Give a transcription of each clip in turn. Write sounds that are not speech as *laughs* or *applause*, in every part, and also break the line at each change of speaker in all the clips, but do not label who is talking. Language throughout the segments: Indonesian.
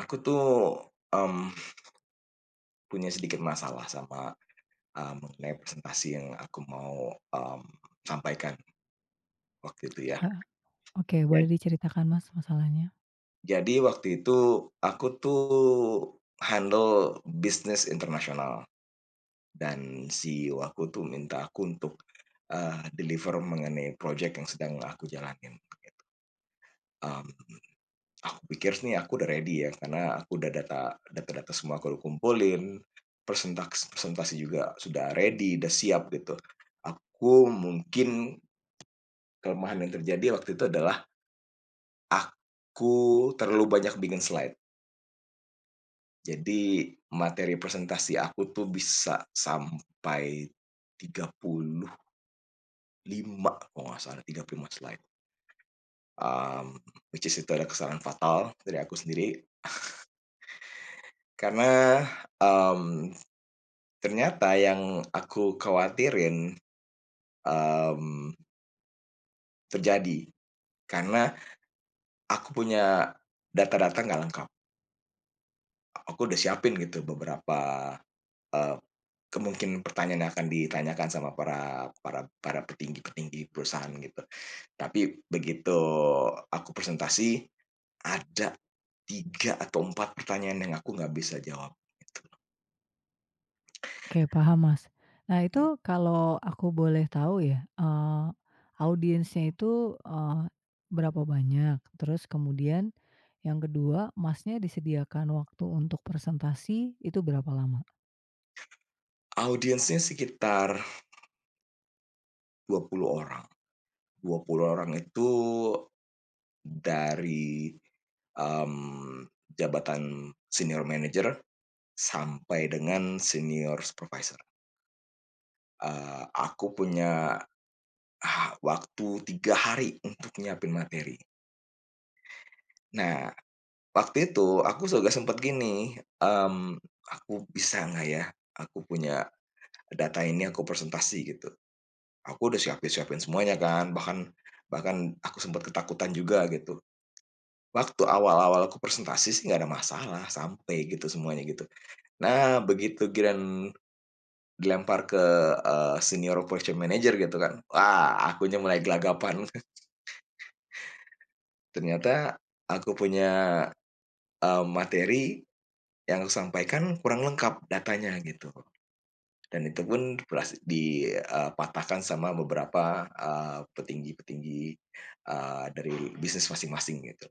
Aku tuh, mmm, punya sedikit masalah sama, mengenai presentasi yang aku mau, sampaikan waktu itu ya.
Heeh. Oke,
Ja
boleh diceritakan Mas masalahnya?
jadi waktu itu aku tuh handle bisnis internasional, dan CEO aku tuh minta aku untuk, deliver mengenai project yang sedang aku jalanin gitu, mmm Aku pikir nih aku udah ready ya, karena aku udah data-data semua aku udah kumpulin, presentasi juga sudah ready, udah siap gitu. Aku mungkin kelemahan yang terjadi waktu itu adalah aku terlalu banyak bikin slide. Jadi materi presentasi aku tuh bisa sampai 35, kalau nggak salah, 35 slide, mmm, which is itu adalah kesalahan fatal dari aku sendiri karena, mmm Ternyata yang aku khawatirin, mmm, terjadi karena aku punya data-data nggak lengkap. Aku udah siapin gitu beberapa, eee, kemungkinan pertanyaan yang akan ditanyakan sama para para para petinggi-petinggi perusahaan gitu. Tapi begitu aku presentasi, ada 3 atau 4 pertanyaan yang aku nggak bisa jawab gitu,
Oke, paham Mas. Nah
mmm.
itu kalau aku boleh tahu ya, audiensnya itu, berapa banyak? Terus kemudian yang kedua, Masnya disediakan waktu untuk presentasi itu berapa lama?
Audiensnya sekitar 20 orang. 20 orang itu dari, mmm, jabatan senior manager sampai dengan senior supervisor. Aku punya waktu 3 hari untuk nyiapin materi. Nah, waktu itu aku juga sempat gini, "Aku bisa nggak ya? Aku punya data ini aku presentasi," gitu. Aku udah siapin-siapin semuanya kan, bahkan bahkan aku sempat ketakutan juga gitu. Waktu awal-awal aku presentasi sih nggak ada masalah, sampai gitu semuanya gitu. Nah, begitu giliran dilempar ke, senior operation manager gitu kan, wah akunya mulai gelagapan. Ternyata aku punya, materi yang aku sampaikan kurang lengkap datanya gitu, dan itu pun beras di, patahkan sama beberapa, petinggi-petinggi, dari bisnis masing-masing gitu.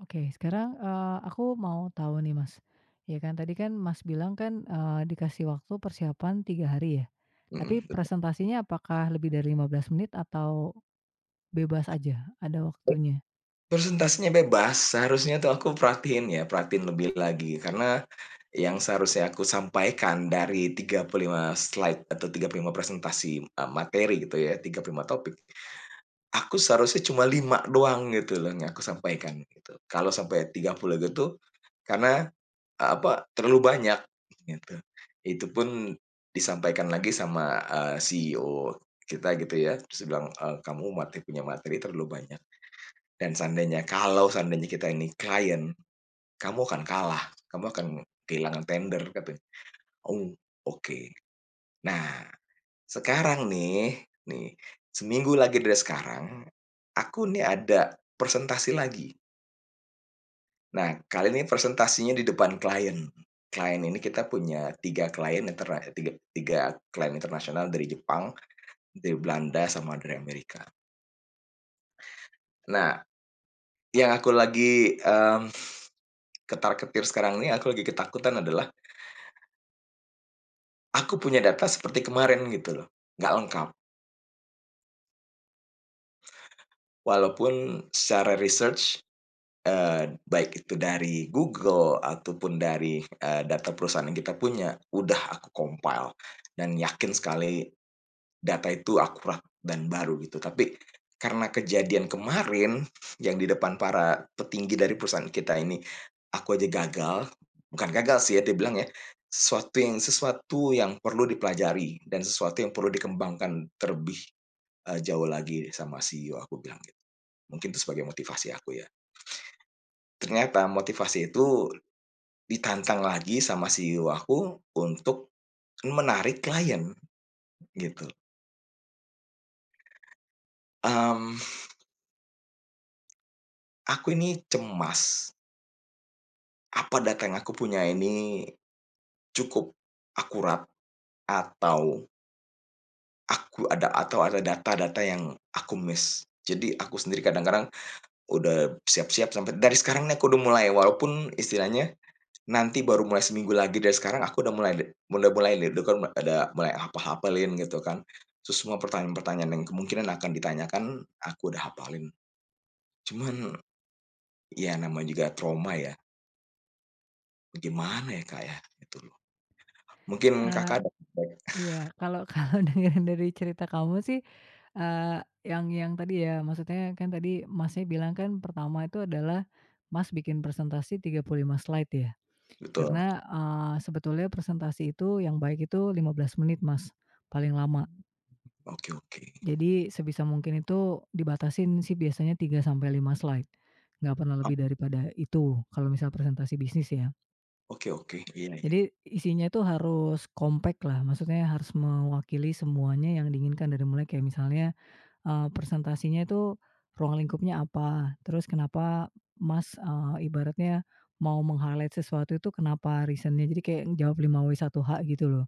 Oke, sekarang, aku mau tahu nih Mas, ya kan tadi kan Mas bilang kan, dikasih waktu persiapan 3 hari ya? Tapi
Mhm, betul.
presentasinya apakah lebih dari 15 menit atau bebas aja, ada waktunya?
Bebas, seharusnya tuh aku perhatiin ya, perhatiin lebih lagi karena yang seharusnya aku sampaikan dari 35 slide atau 35 presentasi, materi gitu ya, 35 topik, aku seharusnya cuma 5 doang gitu loh yang aku sampaikan gitu. Kalau sampai 30 gitu karena, apa, terlalu banyak gitu. Itu pun disampaikan lagi sama, CEO kita gitu ya, terus bilang, "Kamu punya materi terlalu banyak dan seandainya kita ini klien, kamu akan kalah, kamu akan kehilangan tender," kata. Oh, oke. Nah, sekarang nih nih, seminggu lagi dari sekarang, aku nih ada presentasi lagi. Nah, kali ini presentasinya di depan klien. Klien ini kita punya tiga klien internasional dari Jepang, dari Belanda, sama dari Amerika. Nah, yang aku lagi, ketar-ketir sekarang ini, aku lagi ketakutan adalah, aku punya data seperti kemarin gitu loh, nggak lengkap. Walaupun secara research baik itu dari Google ataupun dari, data perusahaan yang kita punya, udah aku compile dan yakin sekali data itu akurat dan baru gitu. Tapi karena kejadian kemarin yang di depan para petinggi dari perusahaan kita ini, aku aja gagal, bukan gagal sih ya dia bilang ya, sesuatu yang perlu dipelajari dan sesuatu yang perlu dikembangkan terlebih, jauh lagi sama CEO aku bilang gitu. Mungkin itu sebagai motivasi aku ya. Ternyata motivasi itu ditantang lagi sama CEO aku untuk menarik klien gitu, mmm, aku ini cemas, apa data yang aku punya ini cukup akurat, atau aku ada atau ada data-data yang aku miss. Jadi aku sendiri kadang-kadang udah siap-siap sampai dari sekarang nih aku udah mulai walaupun istilahnya nanti baru mulai seminggu lagi dari sekarang, aku udah mulai nih, udah kan ada mulai hafal-hafalin gitu kan. Terus semua pertanyaan-pertanyaan yang kemungkinan akan ditanyakan, aku udah hafalin. Cuman, ya namanya juga trauma ya, gimana ya, Kak, ya, gitu loh. Mungkin Mmm. Kakak
Eee,
ada feedback?
iya, kalau *laughs* kalau dengerin dari cerita kamu sih, eee, yang tadi ya, maksudnya kan tadi Masnya bilang kan pertama itu adalah Mas bikin presentasi 35 slide ya?
Betul,
Karena, sebetulnya presentasi itu yang baik itu 15 menit Mas, paling lama.
oke oke.
Jadi sebisa mungkin itu dibatasin sih biasanya 3 sampai 5 slide, nggak pernah
Oh,
lebih daripada itu, kalau misal presentasi bisnis ya.
oke oke, iya iya,
Jadi isinya itu harus kompak lah, maksudnya harus mewakili semuanya yang diinginkan dari mulai kayak misalnya, presentasinya itu ruang lingkupnya apa, terus kenapa Mas, ibaratnya mau meng-highlight sesuatu itu kenapa reasonnya, jadi kayak jawab 5W1H gitu loh.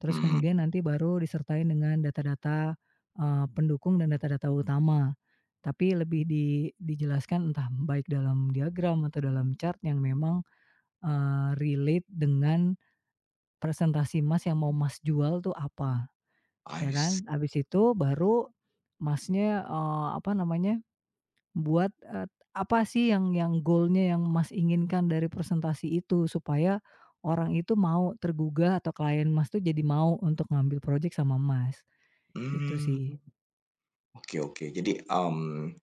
Terus
mhm,
kemudian nanti baru disertai dengan data-data, pendukung dan data-data utama. Tapi lebih dijelaskan entah baik dalam diagram atau dalam chart yang memang, relate dengan presentasi Mas yang mau Mas jual tuh apa,
I
ya
see,
kan. Habis itu baru Masnya, apa namanya, buat, apa sih yang goalnya yang Mas inginkan dari presentasi itu, supaya orang itu mau tergugah atau klien Mas tuh jadi mau untuk ngambil project sama Mas, itu
mmm,
sih.
oke oke. Jadi,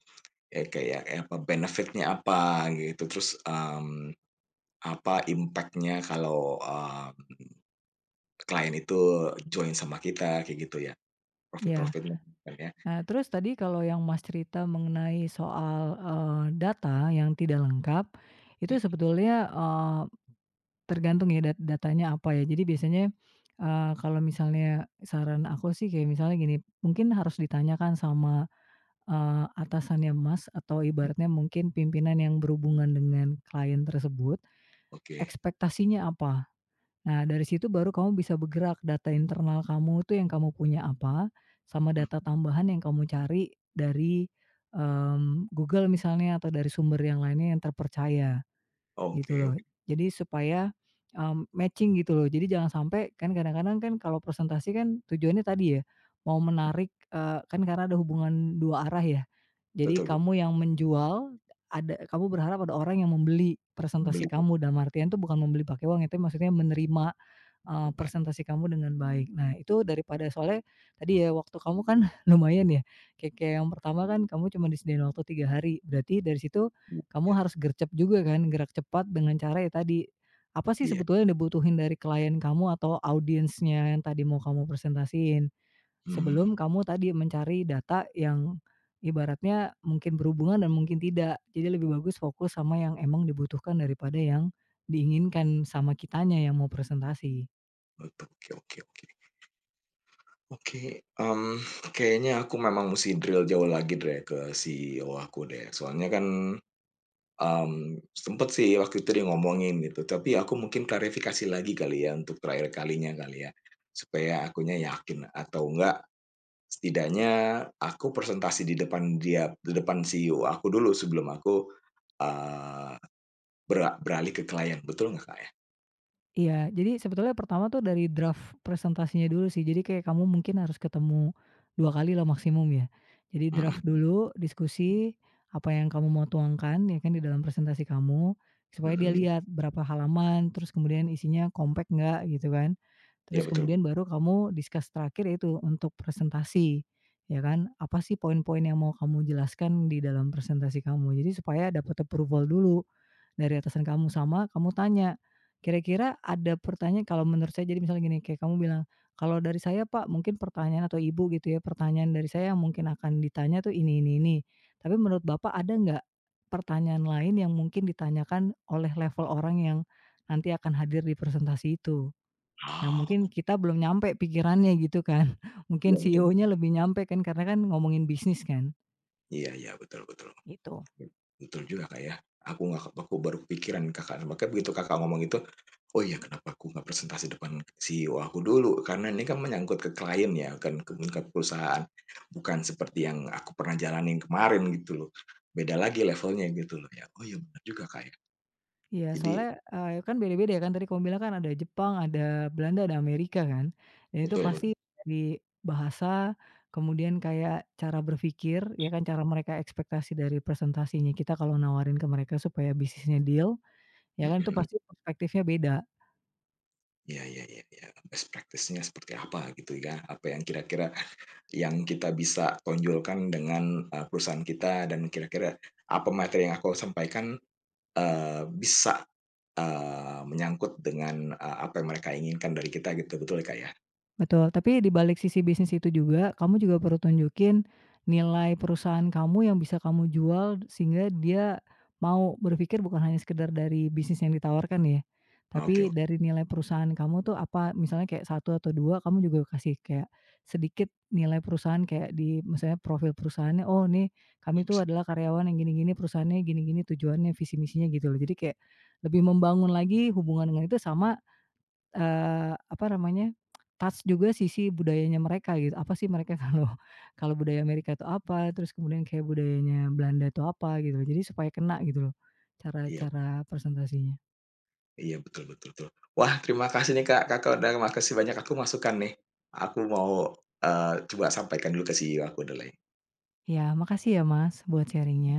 ya kayak, ya apa, benefit-nya apa gitu, terus, apa impact-nya kalau, klien itu join sama kita kayak gitu ya,
Ya.
profit-profitnya kan ya,
Nah, terus tadi kalau yang Mas cerita mengenai soal, data yang tidak lengkap, itu sebetulnya, tergantung ya datanya apa ya. Jadi biasanya, kalau misalnya saran aku sih kayak misalnya gini, mungkin harus ditanyakan sama, atasannya Mas atau ibaratnya
mhm,
mungkin pimpinan yang berhubungan dengan klien tersebut,
oke,
ekspektasinya apa? Nah, dari situ baru kamu bisa bergerak, data internal kamu tuh yang kamu punya apa, sama
mmm,
data tambahan yang kamu cari dari, Google misalnya atau dari sumber yang lainnya yang terpercaya.
oke
Gitu loh.
oke,
Jadi supaya, matching gitu loh. Jadi jangan sampai kan kadang-kadang kan kalau presentasi kan tujuannya tadi ya, mau menarik, kan karena ada hubungan dua arah ya. Jadi
betul betul,
kamu yang menjual, ada kamu berharap ada orang yang membeli presentasi
beli
kamu, dalam artian tuh bukan membeli pakai uang itu maksudnya menerima presentasi
*unintelligible*
kamu dengan baik. Nah, itu daripada soalnya tadi ya, waktu kamu kan *laughs* lumayan ya, kayak kayak yang pertama kan kamu cuma disediain waktu 3 hari, berarti dari situ kamu
iya
harus gercep juga kan, gerak cepat dengan cara ya tadi, apa sih
iya,
sebetulnya yang dibutuhin dari klien kamu atau audiensnya yang tadi mau kamu presentasiin,
mmm,
sebelum kamu tadi mencari data yang ibaratnya mungkin berhubungan dan mungkin tidak. Jadi lebih bagus fokus sama yang emang dibutuhkan daripada yang diinginkan sama kitanya yang mau presentasi.
betul, oke oke oke. Oke, mmm, kayaknya aku memang musti drill jauh lagi deh ke CEO aku deh, soalnya kan, sempet sih waktu itu dia ngomongin gitu, tapi aku mungkin klarifikasi lagi kali ya untuk terakhir kalinya kali ya, supaya akunya yakin atau enggak. Setidaknya aku presentasi di depan dia, di depan CEO aku dulu sebelum aku, eee, beralih ke klien, betul nggak, Kak, ya?
Iya, jadi sebetulnya pertama tuh dari draft presentasinya dulu sih. Jadi kayak kamu mungkin harus ketemu 2 kali lah maksimum ya. Jadi
Mhm
draft
mhm.
dulu, diskusi, apa yang kamu mau tuangkan ya kan di dalam presentasi kamu, supaya dia
Mhm,
lihat berapa halaman, terus kemudian isinya compact nggak gitu kan.
iya
Terus
betul.
kemudian baru kamu discuss terakhir itu untuk presentasi, ya kan. Apa sih poin-poin yang mau kamu jelaskan di dalam presentasi kamu. Jadi supaya dapat approval dulu. Dari atasan kamu, sama kamu tanya, kira-kira ada pertanyaan kalau menurut saya jadi misalnya gini, kayak kamu bilang, "Kalau dari saya Pak mungkin pertanyaan atau Ibu gitu ya, pertanyaan dari saya yang mungkin akan ditanya tuh ini ini. Tapi menurut Bapak ada nggak pertanyaan lain yang mungkin ditanyakan oleh level orang yang nanti akan hadir di presentasi itu?" Yang mungkin
Oh,
kita belum nyampe pikirannya gitu kan. *laughs* Mungkin
iya betul.
CEO-nya lebih nyampe kan karena kan ngomongin bisnis kan.
Iya iya, betul betul.
Gitu.
Betul juga, Kak, ya. Aku nggak aku baru kepikiran Kakak, makanya begitu Kakak ngomong itu, "Oh iya, kenapa aku nggak presentasi depan CEO aku dulu?" Karena ini kan menyangkut ke klien ya, kan ke perusahaan, bukan seperti yang aku pernah jalanin kemarin gitu loh. Beda lagi levelnya gitu loh ya. Oh iya, benar juga, Kak, ya.
Iya, soalnya,
Jadi
kan beda-beda ya kan tadi kamu bilang kan ada Jepang, ada Belanda, ada Amerika kan. Dan itu
betul
pasti
betul,
dari bahasa, kemudian kayak cara berpikir, ya kan, cara mereka ekspektasi dari presentasinya kita kalau nawarin ke mereka supaya bisnisnya deal, ya
mhm
kan, itu
mhm.
pasti perspektifnya beda.
Iya iya iya iya, best practice-nya seperti apa gitu ya, apa yang kira-kira yang kita bisa tonjolkan dengan, perusahaan kita, dan kira-kira apa materi yang aku sampaikan bisa, menyangkut dengan, apa yang mereka inginkan dari kita gitu, betul ya, Kak, ya?
Betul, tapi di balik sisi bisnis itu juga, kamu juga perlu tunjukin nilai perusahaan kamu yang bisa kamu jual sehingga dia mau berpikir bukan hanya sekedar dari bisnis yang ditawarkan ya,
Oke
tapi
oke,
dari nilai perusahaan kamu tuh apa, misalnya kayak satu atau 2 kamu juga kasih kayak sedikit nilai perusahaan kayak di misalnya profil perusahaannya, "Oh nih kami tuh adalah karyawan yang gini-gini, perusahaannya gini-gini, tujuannya, visi misinya," gitu loh. Jadi kayak lebih membangun lagi hubungan dengan itu sama apa namanya, touch juga sisi budayanya mereka gitu, apa sih mereka *laughs* kalau kalau budaya Amerika itu apa, terus kemudian kayak budayanya Belanda itu apa gitu, jadi supaya kena gitu loh
iya
cara-cara presentasinya.
iya, betul betul betul. Wah, terima kasih nih, Kak, Kakak udah makasih banyak aku masukan nih. Aku mau, coba sampaikan dulu ke CEO aku dulu ya.
Ya makasih ya Mas buat sharing-nya.